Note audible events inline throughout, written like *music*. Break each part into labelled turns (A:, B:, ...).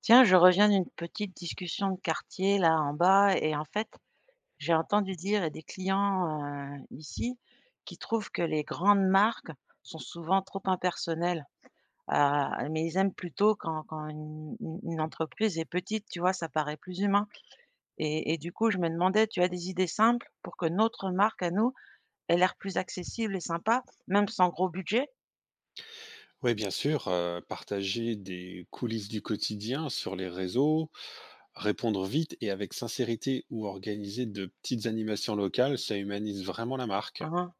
A: Tiens, je reviens d'une petite discussion de quartier là en bas et en fait, j'ai entendu dire et des clients ici qui trouvent que les grandes marques sont souvent trop impersonnelles. Mais ils aiment plutôt quand une entreprise est petite, tu vois, ça paraît plus humain. Et du coup, je me demandais, tu as des idées simples pour que notre marque à nous ait l'air plus accessible et sympa, même sans gros budget?
B: Oui, bien sûr, partager des coulisses du quotidien sur les réseaux, répondre vite et avec sincérité ou organiser de petites animations locales, ça humanise vraiment la marque.
A: Hein.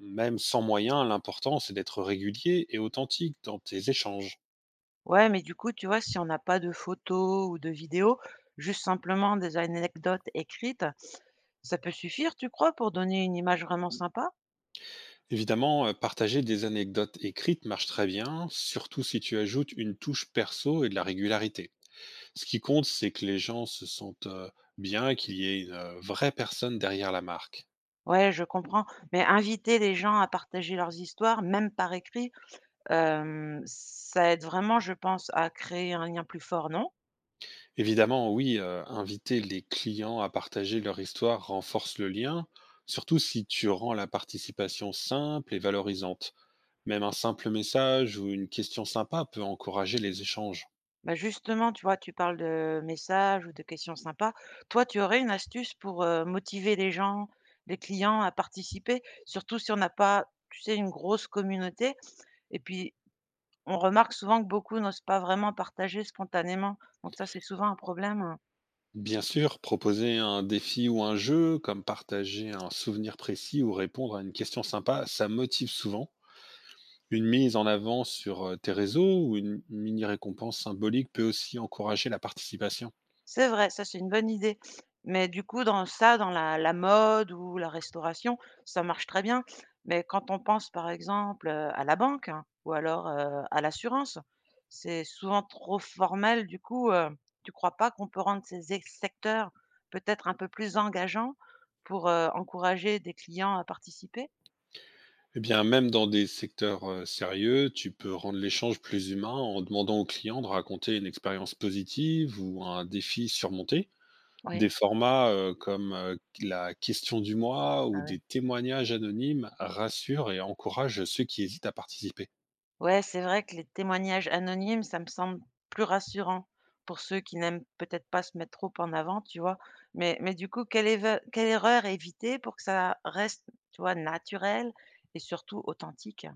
B: Même sans moyens, l'important, c'est d'être régulier et authentique dans tes échanges.
A: Ouais, mais du coup, tu vois, si on n'a pas de photos ou de vidéos, juste simplement des anecdotes écrites, ça peut suffire, tu crois, pour donner une image vraiment sympa?
B: Évidemment, partager des anecdotes écrites marche très bien, surtout si tu ajoutes une touche perso et de la régularité. Ce qui compte, c'est que les gens se sentent bien, qu'il y ait une vraie personne derrière la marque.
A: Ouais, je comprends. Mais inviter les gens à partager leurs histoires, même par écrit, ça aide vraiment, je pense, à créer un lien plus fort, non?
B: Évidemment, oui, inviter les clients à partager leur histoire renforce le lien, surtout si tu rends la participation simple et valorisante. Même un simple message ou une question sympa peut encourager les échanges.
A: Bah justement, tu vois, tu parles de messages ou de questions sympas. Toi, tu aurais une astuce pour motiver les gens, les clients à participer, surtout si on n'a pas, tu sais, une grosse communauté. Et puis, on remarque souvent que beaucoup n'osent pas vraiment partager spontanément, donc ça, c'est souvent un problème, hein.
B: Bien sûr, proposer un défi ou un jeu, comme partager un souvenir précis ou répondre à une question sympa, ça motive souvent. Une mise en avant sur tes réseaux ou une mini récompense symbolique peut aussi encourager la participation.
A: C'est vrai, ça, c'est une bonne idée, mais du coup, dans ça, dans la mode ou la restauration, ça marche très bien, mais quand on pense, par exemple, à la banque hein, ou alors, à l'assurance, c'est souvent trop formel. Du coup, tu crois pas qu'on peut rendre ces ex secteurs peut-être un peu plus engageants pour, encourager des clients à participer?
B: Eh bien, même dans des secteurs sérieux, tu peux rendre l'échange plus humain en demandant au client de raconter une expérience positive ou un défi surmonté.
A: Oui,
B: Des formats comme la question du mois
A: bah,
B: ou des
A: oui.
B: témoignages anonymes rassurent et encouragent ceux qui hésitent à participer.
A: Ouais, c'est vrai que les témoignages anonymes, ça me semble plus rassurant pour ceux qui n'aiment peut-être pas se mettre trop en avant, tu vois? Mais du coup, quelle erreur éviter pour que ça reste, tu vois, naturel et surtout authentique?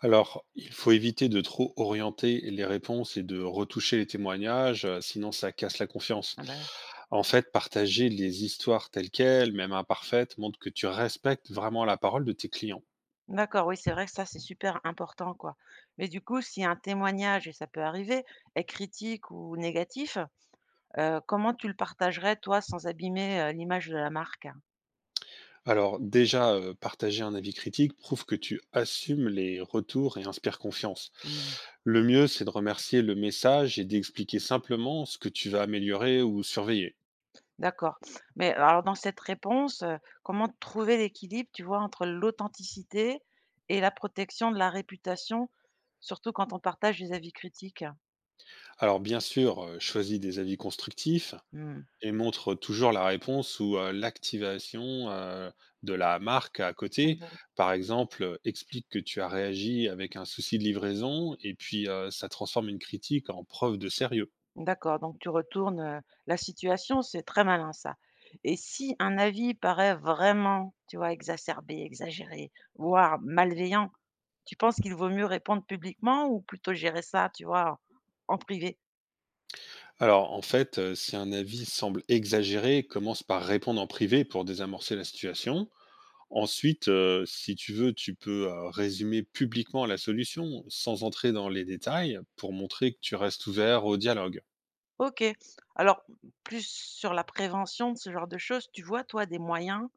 B: Alors, il faut éviter de trop orienter les réponses et de retoucher les témoignages, sinon ça casse la confiance.
A: Ah bah, oui.
B: En fait, partager les histoires telles quelles, même imparfaites, montre que tu respectes vraiment la parole de tes clients.
A: D'accord, oui, c'est vrai que ça, c'est super important, quoi. Mais du coup, si un témoignage, et ça peut arriver, est critique ou négatif, comment tu le partagerais, toi, sans abîmer, l'image de la marque?
B: Alors déjà, partager un avis critique prouve que tu assumes les retours et inspire confiance.
A: Mmh.
B: Le mieux, c'est de remercier le message et d'expliquer simplement ce que tu vas améliorer ou surveiller.
A: D'accord. Mais alors dans cette réponse, comment trouver l'équilibre, tu vois, entre l'authenticité et la protection de la réputation, surtout quand on partage des avis critiques?
B: Alors bien sûr, choisis des avis constructifs
A: Mmh.
B: et montre toujours la réponse ou, l'activation, de la marque à côté.
A: Mmh.
B: Par exemple, explique que tu as réagi avec un souci de livraison et puis, ça transforme une critique en preuve de sérieux.
A: D'accord, donc tu retournes, la situation, c'est très malin ça. Et si un avis paraît vraiment, tu vois, exacerbé, exagéré, voire malveillant, tu penses qu'il vaut mieux répondre publiquement ou plutôt gérer ça, tu vois, en privé?
B: Alors, en fait, si un avis semble exagéré, commence par répondre en privé pour désamorcer la situation. Ensuite, si tu veux, tu peux résumer publiquement la solution sans entrer dans les détails pour montrer que tu restes ouvert au dialogue.
A: OK. Alors, plus sur la prévention de ce genre de choses, tu vois, toi, des moyens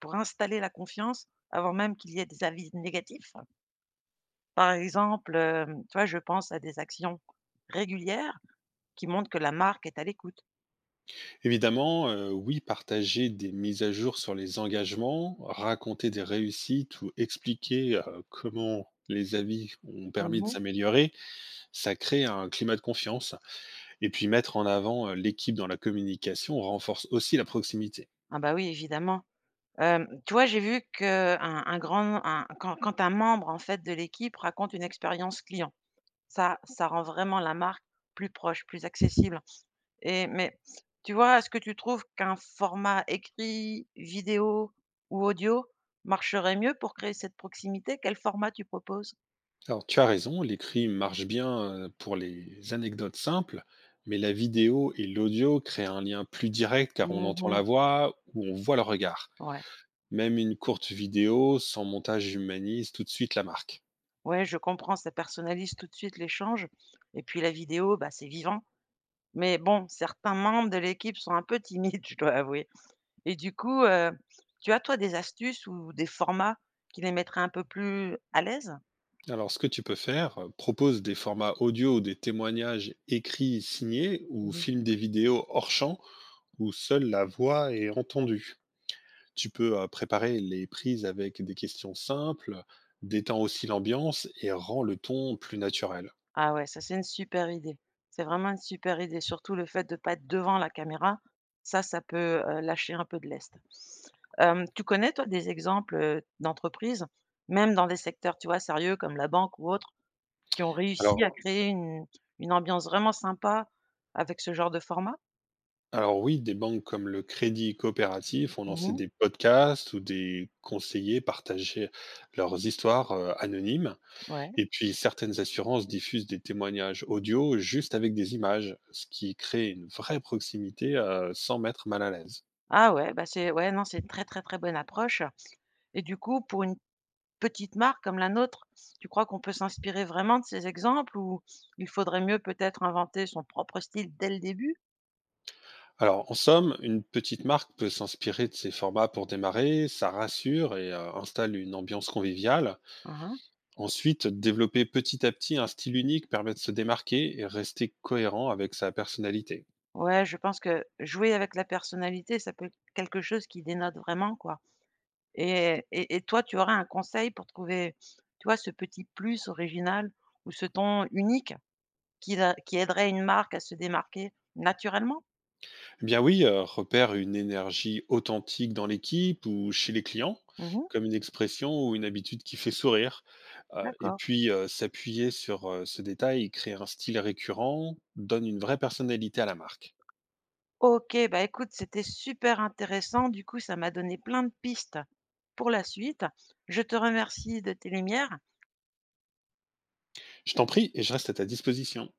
A: pour installer la confiance avant même qu'il y ait des avis négatifs? Par exemple, tu vois, je pense à des actions régulières qui montrent que la marque est à l'écoute.
B: Évidemment, oui, partager des mises à jour sur les engagements, raconter des réussites ou expliquer comment les avis ont permis de
A: Mmh.
B: s'améliorer, ça crée un climat de confiance. Et puis mettre en avant, l'équipe dans la communication renforce aussi la proximité.
A: Ah bah oui, évidemment. Hem, tu vois, j'ai vu qu'un un grand un quand quand un membre, en fait, de l'équipe raconte une expérience client, ça rend vraiment la marque plus proche, plus accessible. Mais tu vois, est-ce que tu trouves qu'un format écrit, vidéo ou audio marcherait mieux pour créer cette proximité? Quel format tu proposes?
B: Alors tu as raison, l'écrit marche bien, pour les anecdotes simples, mais la vidéo et l'audio créent un lien plus direct car on entend la
A: Mmh.
B: voix ou on voit le regard.
A: Ouais.
B: Même une courte vidéo sans montage humanise tout de suite la marque.
A: Ouais, je comprends, ça personnalise tout de suite l'échange et puis la vidéo, bah, c'est vivant. Mais bon, certains membres de l'équipe sont un peu timides, *laughs* je dois avouer. Et du coup, tu as toi des astuces ou des formats qui les mettraient un peu plus à l'aise?
B: Alors ce que tu peux faire, propose des formats audio ou des témoignages écrits signés ou filme des vidéos hors champ où seule la voix est entendue. Tu peux, préparer les prises avec des questions simples, détends aussi l'ambiance et rends le ton plus naturel.
A: Ah ouais, ça c'est une super idée. C'est vraiment une super idée. Surtout le fait de pas être devant la caméra, ça peut, lâcher un peu de lest. Hem, tu connais toi des exemples, d'entreprises, même dans des secteurs, tu vois, sérieux comme la banque ou autre, qui ont réussi à
B: Alors
A: créer une ambiance vraiment sympa avec ce genre de format?
B: alors oui, des banques comme le Crédit Coopératif ont lancé
A: Mmh,
B: des podcasts où des conseillers partageaient leurs histoires, anonymes
A: ouais.
B: et puis certaines assurances diffusent des témoignages audio juste avec des images, ce qui crée une vraie proximité, sans mettre mal à l'aise.
A: Ah ouais, bah, c'est ouais, non, c'est une très, très, très bonne approche et du coup, pour une petite marque comme la nôtre, tu crois qu'on peut s'inspirer vraiment de ces exemples ou il faudrait mieux peut-être inventer son propre style dès le début?
B: Alors, en somme, une petite marque peut s'inspirer de ces formats pour démarrer, ça rassure et installe une ambiance conviviale.
A: Mmh.
B: Ensuite, développer petit à petit un style unique permet de se démarquer et rester cohérent avec sa personnalité.
A: Ouais, je pense que jouer avec la personnalité, ça peut être quelque chose qui dénote vraiment, quoi. Et toi, tu aurais un conseil pour trouver, tu vois, ce petit plus original ou ce ton unique qui aiderait une marque à se démarquer naturellement?
B: Eh bien oui, repère une énergie authentique dans l'équipe ou chez les clients,
A: Mmh.
B: comme une expression ou une habitude qui fait sourire. Et
A: D'accord.
B: puis, s'appuyer sur ce détail et créer un style récurrent donne une vraie personnalité à la marque.
A: OK, bah, écoute, c'était super intéressant. Du coup, ça m'a donné plein de pistes pour la suite. Je te remercie de tes lumières.
B: Je t'en prie et je reste à ta disposition.